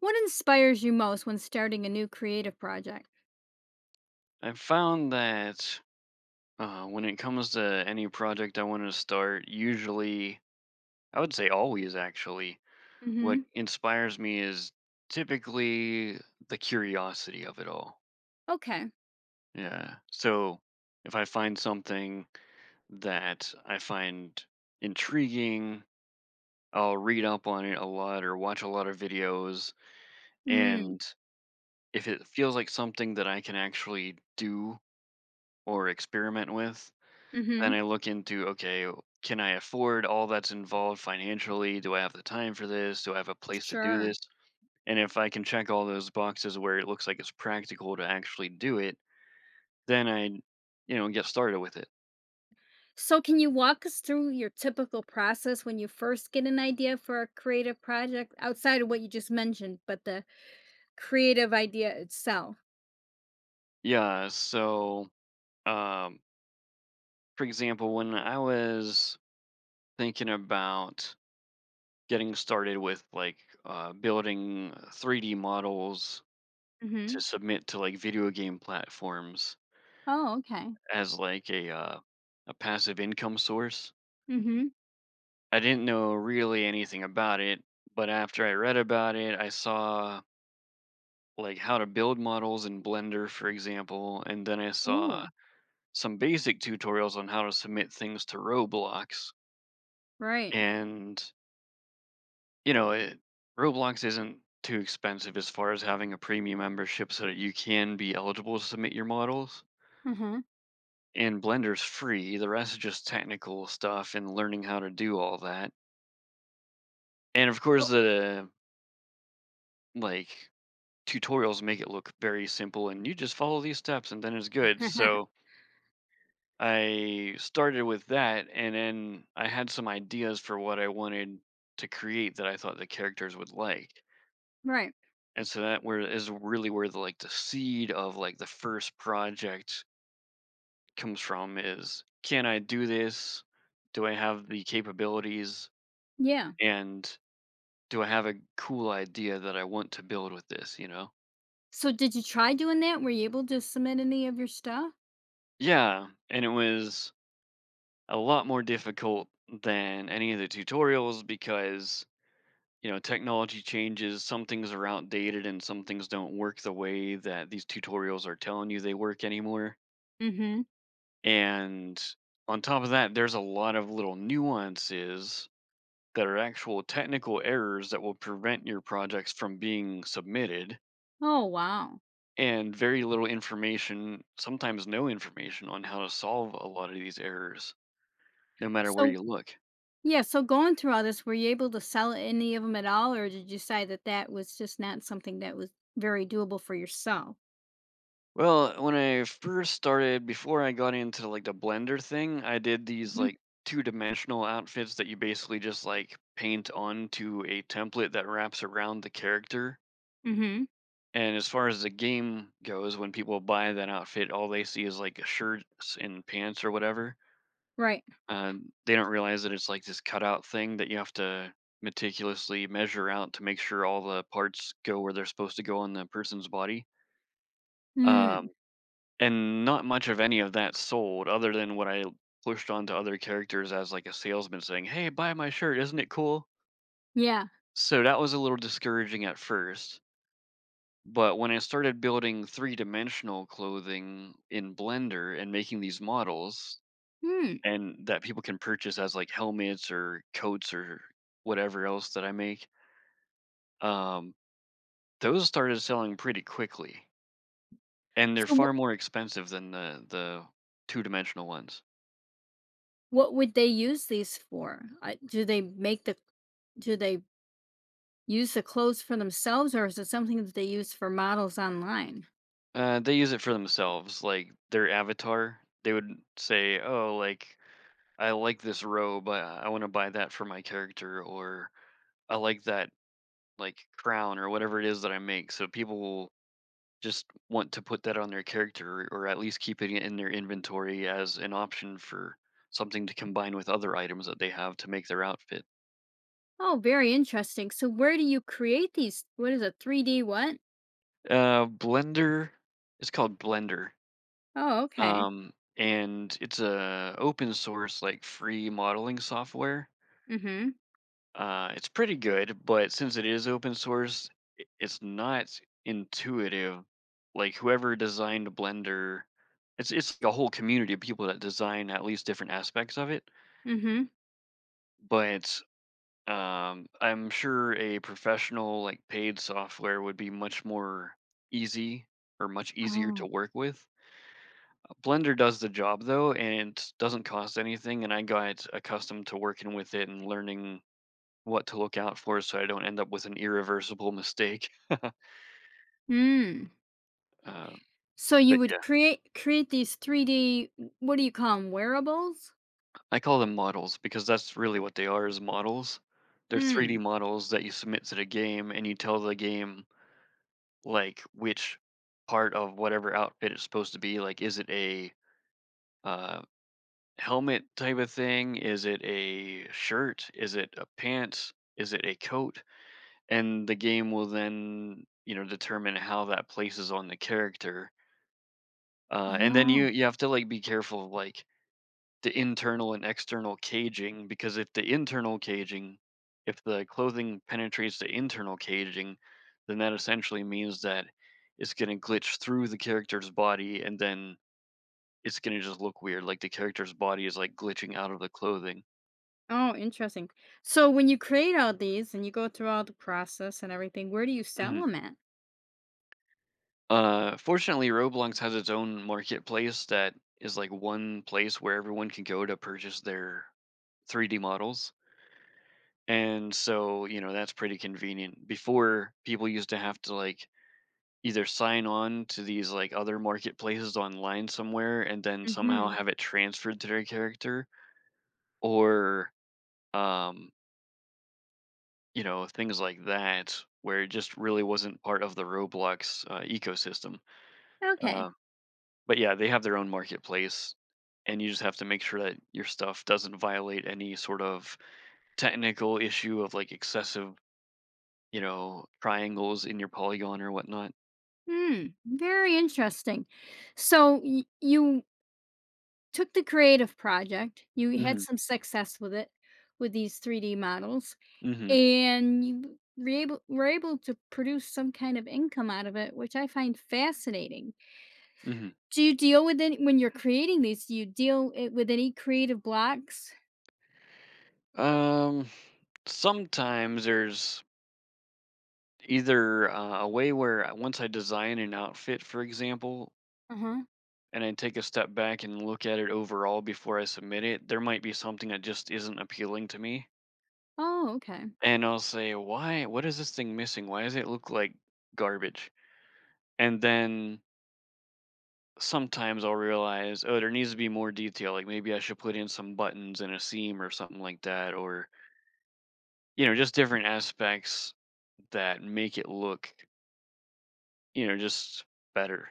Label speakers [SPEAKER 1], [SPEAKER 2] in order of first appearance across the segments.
[SPEAKER 1] What inspires you most when starting a new creative project?
[SPEAKER 2] I found that when it comes to any project I want to start, usually, I would say always actually, what
[SPEAKER 1] Mhm.
[SPEAKER 2] inspires me is typically the curiosity of it all.
[SPEAKER 1] Okay.
[SPEAKER 2] Yeah. So if I find something that I find intriguing, I'll read up on it a lot or watch a lot of videos.
[SPEAKER 1] Mm.
[SPEAKER 2] And if it feels like something that I can actually do or experiment with, then
[SPEAKER 1] Mhm.
[SPEAKER 2] I look into, okay, can I afford all that's involved financially? Do I have the time for this? Do I have a place to do
[SPEAKER 1] Sure.
[SPEAKER 2] this? And if I can check all those boxes where it looks like it's practical to actually do it, then I get started with it.
[SPEAKER 1] So can you walk us through your typical process when you first get an idea for a creative project outside of what you just mentioned, but the creative idea itself?
[SPEAKER 2] Yeah. So, um, for example, when I was thinking about getting started with like building 3D models to
[SPEAKER 1] Mhm.
[SPEAKER 2] submit to like video game platforms
[SPEAKER 1] Oh, okay.
[SPEAKER 2] as like a passive income source.
[SPEAKER 1] Mhm.
[SPEAKER 2] I didn't know really anything about it, but after I read about it, I saw like how to build models in Blender, for example, and then I saw
[SPEAKER 1] Ooh,
[SPEAKER 2] some basic tutorials on how to submit things to Roblox.
[SPEAKER 1] right.
[SPEAKER 2] And, you know, it, Roblox isn't too expensive as far as having a premium membership so that you can be eligible to submit your models.
[SPEAKER 1] Uh-huh.
[SPEAKER 2] And Blender's free, the rest is just technical stuff and learning how to do all that. And of course,
[SPEAKER 1] Well,
[SPEAKER 2] the like tutorials make it look very simple and you just follow these steps and then it's good. So I started with that and then I had some ideas for what I wanted to create that I thought the characters would like.
[SPEAKER 1] right.
[SPEAKER 2] And so that where is really where the seed of like the first project comes from is can I do this? Do I have the capabilities
[SPEAKER 1] Yeah.
[SPEAKER 2] and do I have a cool idea that I want to build with this, you know?
[SPEAKER 1] So did you try doing that? Were you able to submit any of your stuff?
[SPEAKER 2] Yeah, and it was a lot more difficult than any of the tutorials because technology changes, some things are outdated and some things don't work the way that these tutorials are telling you they work anymore,
[SPEAKER 1] Mhm.
[SPEAKER 2] and on top of that there's a lot of little nuances that are actual technical errors that will prevent your projects from being submitted,
[SPEAKER 1] Oh, wow.
[SPEAKER 2] and very little information, sometimes no information on how to solve a lot of these errors no matter where
[SPEAKER 1] So
[SPEAKER 2] you look.
[SPEAKER 1] yeah, so going through all this, were you able to sell any of them at all, or did you decide that that was just not something that was very doable for yourself?
[SPEAKER 2] Well, when I first started, before I got into like the Blender thing, I did these
[SPEAKER 1] Hmm.
[SPEAKER 2] like two-dimensional outfits that you basically just like paint onto a template that wraps around the character.
[SPEAKER 1] Hmm.
[SPEAKER 2] And as far as the game goes, when people buy that outfit, all they see is like a shirt and pants or whatever.
[SPEAKER 1] Right.
[SPEAKER 2] They don't realize that it's like this cutout thing that you have to meticulously measure out to make sure all the parts go where they're supposed to go on the person's body.
[SPEAKER 1] Mm,
[SPEAKER 2] Um, And not much of any of that sold other than what I pushed onto other characters as like a salesman saying, "Hey, buy my shirt, isn't it cool?"
[SPEAKER 1] yeah.
[SPEAKER 2] So that was a little discouraging at first, but when I started building three-dimensional clothing in Blender and making these models
[SPEAKER 1] Hmm.
[SPEAKER 2] and that people can purchase as like helmets or coats or whatever else that I make, um, those started selling pretty quickly, and they're
[SPEAKER 1] So
[SPEAKER 2] far
[SPEAKER 1] wh-
[SPEAKER 2] more expensive than the two-dimensional ones.
[SPEAKER 1] what would they use these for? Do they make the, do they use the clothes for themselves, or is it something that they use for models online?
[SPEAKER 2] They use it for themselves, like their avatar. They would say, "Oh, like I like this robe. I want to buy that for my character, or I like that like crown or whatever it is that I make." So people will just want to put that on their character, or at least keeping it in their inventory as an option for something to combine with other items that they have to make their outfit.
[SPEAKER 1] Oh, very interesting. So where do you create these? What is a 3D what?
[SPEAKER 2] Blender, it's called Blender.
[SPEAKER 1] Oh, okay.
[SPEAKER 2] And it's a open source like free modeling software.
[SPEAKER 1] Mm-hmm.
[SPEAKER 2] It's pretty good, but since it is open source, it's not intuitive. Like whoever designed Blender, it's like a whole community of people that design at least different aspects of it.
[SPEAKER 1] Mm-hmm.
[SPEAKER 2] But I'm sure a professional like paid software would be much more easy or much easier
[SPEAKER 1] Oh.
[SPEAKER 2] to work with. Blender does the job though, and it doesn't cost anything. And I got accustomed to working with it and learning what to look out for so I don't end up with an irreversible mistake,
[SPEAKER 1] Mm.
[SPEAKER 2] uh,
[SPEAKER 1] So you
[SPEAKER 2] but
[SPEAKER 1] would
[SPEAKER 2] yeah,
[SPEAKER 1] create these 3D, what do you call them, wearables?
[SPEAKER 2] I call them models because that's really what they are is models. They're 3D
[SPEAKER 1] Mm.
[SPEAKER 2] models that you submit to the game and you tell the game, like, which part of whatever outfit it's supposed to be, like, is it a, uh, helmet type of thing? Is it a shirt? Is it a pants? Is it a coat? And the game will then determine how that places on the character, and then
[SPEAKER 1] Oh.
[SPEAKER 2] you have to, like, be careful, of like the internal and external caging because if the internal caging if the clothing penetrates the internal caging then that essentially means that it's going to glitch through the character's body and then it's going to just look weird like the character's body is like glitching out of the clothing.
[SPEAKER 1] Oh, interesting. So when you create all these and you go through all the process and everything, where do you sell
[SPEAKER 2] hmm
[SPEAKER 1] them at?
[SPEAKER 2] Fortunately, Roblox has its own marketplace that is like one place where everyone can go to purchase their 3D models. And so that's pretty convenient. Before, people used to have to like either sign on to these like other marketplaces online somewhere and then somehow
[SPEAKER 1] Mhm.
[SPEAKER 2] have it transferred to their character, or um things like that where it just really wasn't part of the Roblox ecosystem.
[SPEAKER 1] Okay.
[SPEAKER 2] uh, but yeah, they have their own marketplace, and you just have to make sure that your stuff doesn't violate any sort of technical issue of like excessive triangles in your polygon or whatnot.
[SPEAKER 1] Hmm, very interesting. So y you took the creative project, you had
[SPEAKER 2] hmm
[SPEAKER 1] some success with it, with these 3D models,
[SPEAKER 2] hmm
[SPEAKER 1] and you were able to produce some kind of income out of it, which I find fascinating.
[SPEAKER 2] hmm
[SPEAKER 1] Do you deal with any, when you're creating these, do you deal it with any creative blocks?
[SPEAKER 2] um Sometimes there's either, a way where once I design an outfit, for example,
[SPEAKER 1] Uh-huh.
[SPEAKER 2] and I take a step back and look at it overall before I submit it, there might be something that just isn't appealing to me,
[SPEAKER 1] Oh, okay.
[SPEAKER 2] and I'll say, "Why what is this thing missing? Why does it look like garbage?" And then sometimes I'll realize, "Oh, there needs to be more detail," like, maybe I should put in some buttons and a seam or something like that, or, you know, just different aspects that make it look, you know, just better.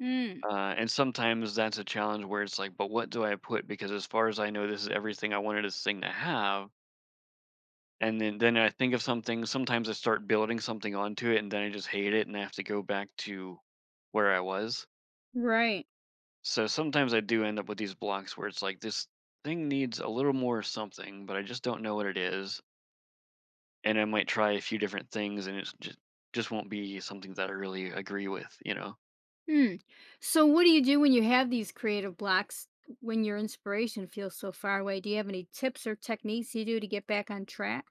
[SPEAKER 1] Mm,
[SPEAKER 2] And sometimes that's a challenge where it's like, but what do I put? Because as far as I know, this is everything I wanted this thing to have. And then I think of something. Sometimes I start building something onto it, and then I just hate it, and I have to go back to where I was.
[SPEAKER 1] right.
[SPEAKER 2] So sometimes I do end up with these blocks where it's like this thing needs a little more something, but I just don't know what it is. And I might try a few different things, and it's just won't be something that I really agree with, you know.
[SPEAKER 1] Hmm. So what do you do when you have these creative blocks, when your inspiration feels so far away? Do you have any tips or techniques you do to get back on track?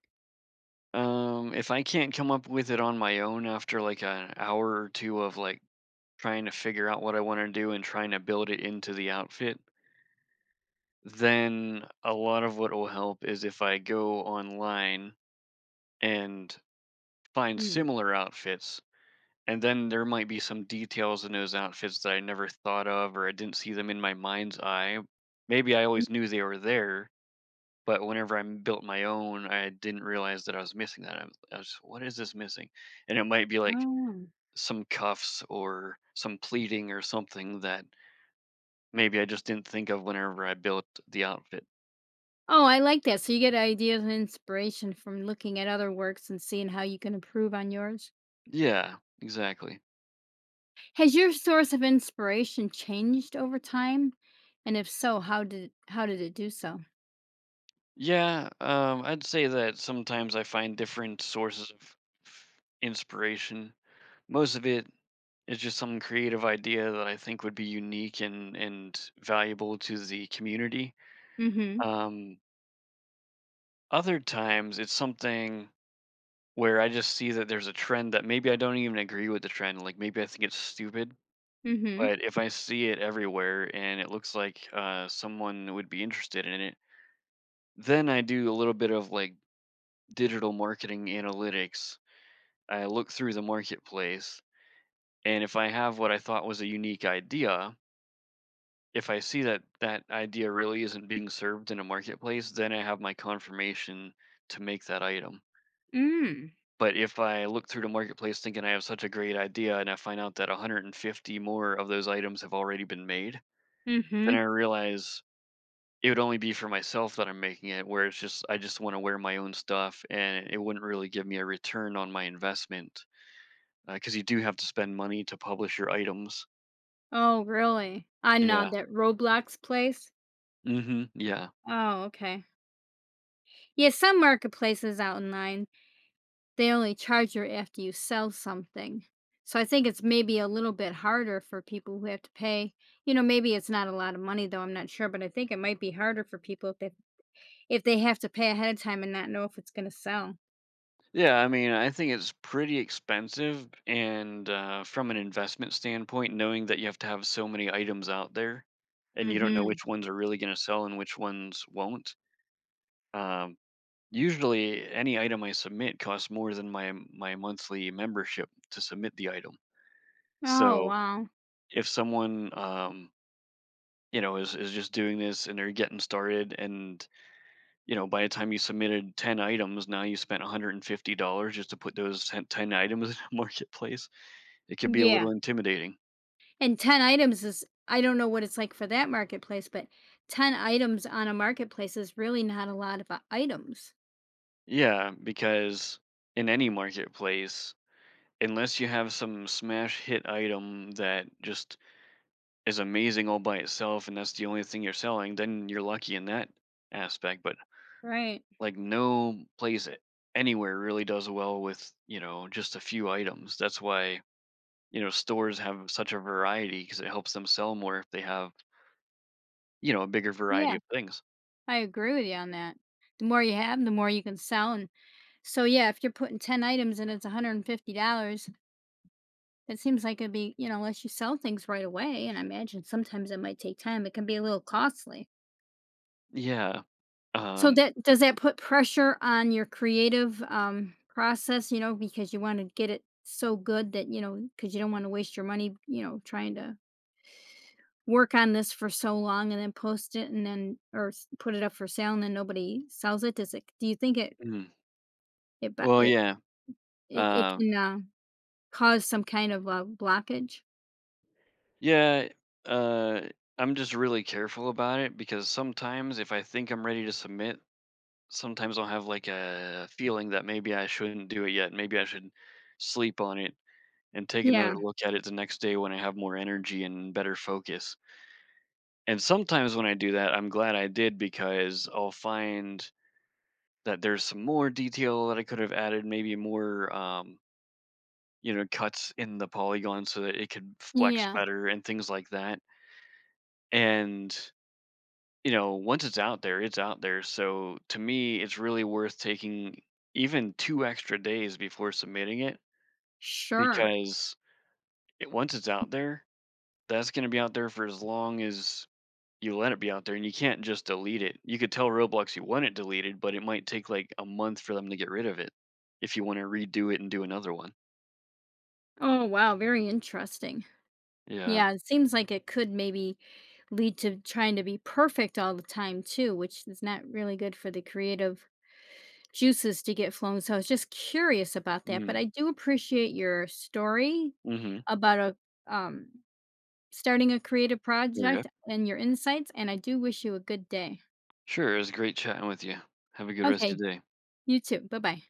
[SPEAKER 2] If I can't come up with it on my own after like an hour or two of like trying to figure out what I want to do and trying to build it into the outfit, then a lot of what will help is if I go online and find
[SPEAKER 1] Mm.
[SPEAKER 2] similar outfits. And then there might be some details in those outfits that I never thought of or I didn't see them in my mind's eye. Maybe I always knew they were there, but whenever I built my own, I didn't realize that I was missing that. I was what is this missing? And it might be like
[SPEAKER 1] Oh.
[SPEAKER 2] some cuffs or some pleating or something that maybe I just didn't think of whenever I built the outfit.
[SPEAKER 1] Oh, I like that. So you get ideas and inspiration from looking at other works and seeing how you can improve on yours.
[SPEAKER 2] Yeah, exactly.
[SPEAKER 1] Has your source of inspiration changed over time? And if so, how did it do so?
[SPEAKER 2] Yeah, I'd say that sometimes I find different sources of inspiration. Most of it is just some creative idea that I think would be unique and valuable to the community.
[SPEAKER 1] Mhm.
[SPEAKER 2] Um, Other times it's something where I just see that there's a trend that maybe I don't even agree with the trend. Like maybe I think it's stupid,
[SPEAKER 1] Mhm.
[SPEAKER 2] but if I see it everywhere and it looks like someone would be interested in it, then I do a little bit of like digital marketing analytics. I look through the marketplace, and if I have what I thought was a unique idea, if I see that that idea really isn't being served in a marketplace, then I have my confirmation to make that item.
[SPEAKER 1] Mm.
[SPEAKER 2] But if I look through the marketplace thinking I have such a great idea and I find out that 150 more of those items have already been made, then
[SPEAKER 1] Mhm.
[SPEAKER 2] I realize it would only be for myself that I'm making it, where it's just I just want to wear my own stuff, and it wouldn't really give me a return on my investment because you do have to spend money to publish your items.
[SPEAKER 1] Oh, really? I know
[SPEAKER 2] Yeah.
[SPEAKER 1] that Roblox place?
[SPEAKER 2] Hmm. Yeah.
[SPEAKER 1] Oh, okay. Yeah, some marketplaces out online, they only charge you after you sell something. So I think it's maybe a little bit harder for people who have to pay. You know, maybe it's not a lot of money though, I'm not sure, but I think it might be harder for people if they have to pay ahead of time and not know if it's gonna sell.
[SPEAKER 2] Yeah. I mean, I think it's pretty expensive, and from an investment standpoint, knowing that you have to have so many items out there, and you don't know
[SPEAKER 1] Mhm.
[SPEAKER 2] which ones are really going to sell and which ones won't. Um, Usually, any item I submit costs more than my monthly membership to submit the item.
[SPEAKER 1] Oh,
[SPEAKER 2] So
[SPEAKER 1] wow.
[SPEAKER 2] if someone, is just doing this and they're getting started, and by the time you submitted 10 items, now you spent $150 just to put those ten items in a marketplace. It could be a
[SPEAKER 1] Yeah.
[SPEAKER 2] little intimidating.
[SPEAKER 1] And 10 items is, I don't know what it's like for that marketplace, but 10 items on a marketplace is really not a lot of, items.
[SPEAKER 2] Yeah, because in any marketplace, unless you have some smash hit item that just is amazing all by itself, and that's the only thing you're selling, then you're lucky in that aspect. But
[SPEAKER 1] Right.
[SPEAKER 2] like no place anywhere really does well with, you know, just a few items. That's why, you know, stores have such a variety because it helps them sell more if they have, you know, a bigger variety
[SPEAKER 1] Yeah,
[SPEAKER 2] of things.
[SPEAKER 1] I agree with you on that. The more you have, the more you can sell, and so, yeah, if you're putting 10 items and it's $150, it seems like it'd be, you know, unless you sell things right away, and I imagine sometimes it might take time, it can be a little costly.
[SPEAKER 2] Yeah.
[SPEAKER 1] So
[SPEAKER 2] Um
[SPEAKER 1] that, does that put pressure on your creative, process, you know, because you wanna get it so good that, you know, because you don't wanna waste your money, you know, trying to work on this for so long and then post it and then, or s- put it up for sale and then nobody sells it? Does it, do you think it
[SPEAKER 2] mm.
[SPEAKER 1] it ba
[SPEAKER 2] Well,
[SPEAKER 1] it
[SPEAKER 2] yeah.
[SPEAKER 1] it
[SPEAKER 2] Um
[SPEAKER 1] can, cause some kind of a blockage?
[SPEAKER 2] yeah, uh I'm just really careful about it because sometimes if I think I'm ready to submit, sometimes I'll have like a feeling that maybe I shouldn't do it yet. Maybe I should sleep on it and take
[SPEAKER 1] Yeah.
[SPEAKER 2] another look at it the next day when I have more energy and better focus. And sometimes when I do that, I'm glad I did because I'll find that there's some more detail that I could have added, maybe more, cuts in the polygon so that it could flex
[SPEAKER 1] Yeah.
[SPEAKER 2] better and things like that. And, once it's out there, it's out there. So to me, it's really worth taking even 2 extra days before submitting it
[SPEAKER 1] Sure.
[SPEAKER 2] because once it's out there, that's going to be out there for as long as you let it be out there and you can't just delete it. You could tell Roblox you want it deleted, but it might take like a month for them to get rid of it if you want to redo it and do another one.
[SPEAKER 1] Oh, wow, very interesting.
[SPEAKER 2] Yeah.
[SPEAKER 1] Yeah, it seems like it could maybe lead to trying to be perfect all the time too, which is not really good for the creative juices to get flowing. So I was just curious about that, but
[SPEAKER 2] Mm.
[SPEAKER 1] I do appreciate your story
[SPEAKER 2] Mhm.
[SPEAKER 1] about a starting a creative
[SPEAKER 2] There we go.
[SPEAKER 1] project and your insights, and I do wish you a good day.
[SPEAKER 2] Sure. It was great chatting with you. Have a good rest
[SPEAKER 1] Okay,
[SPEAKER 2] of your day.
[SPEAKER 1] you too. Bye-bye.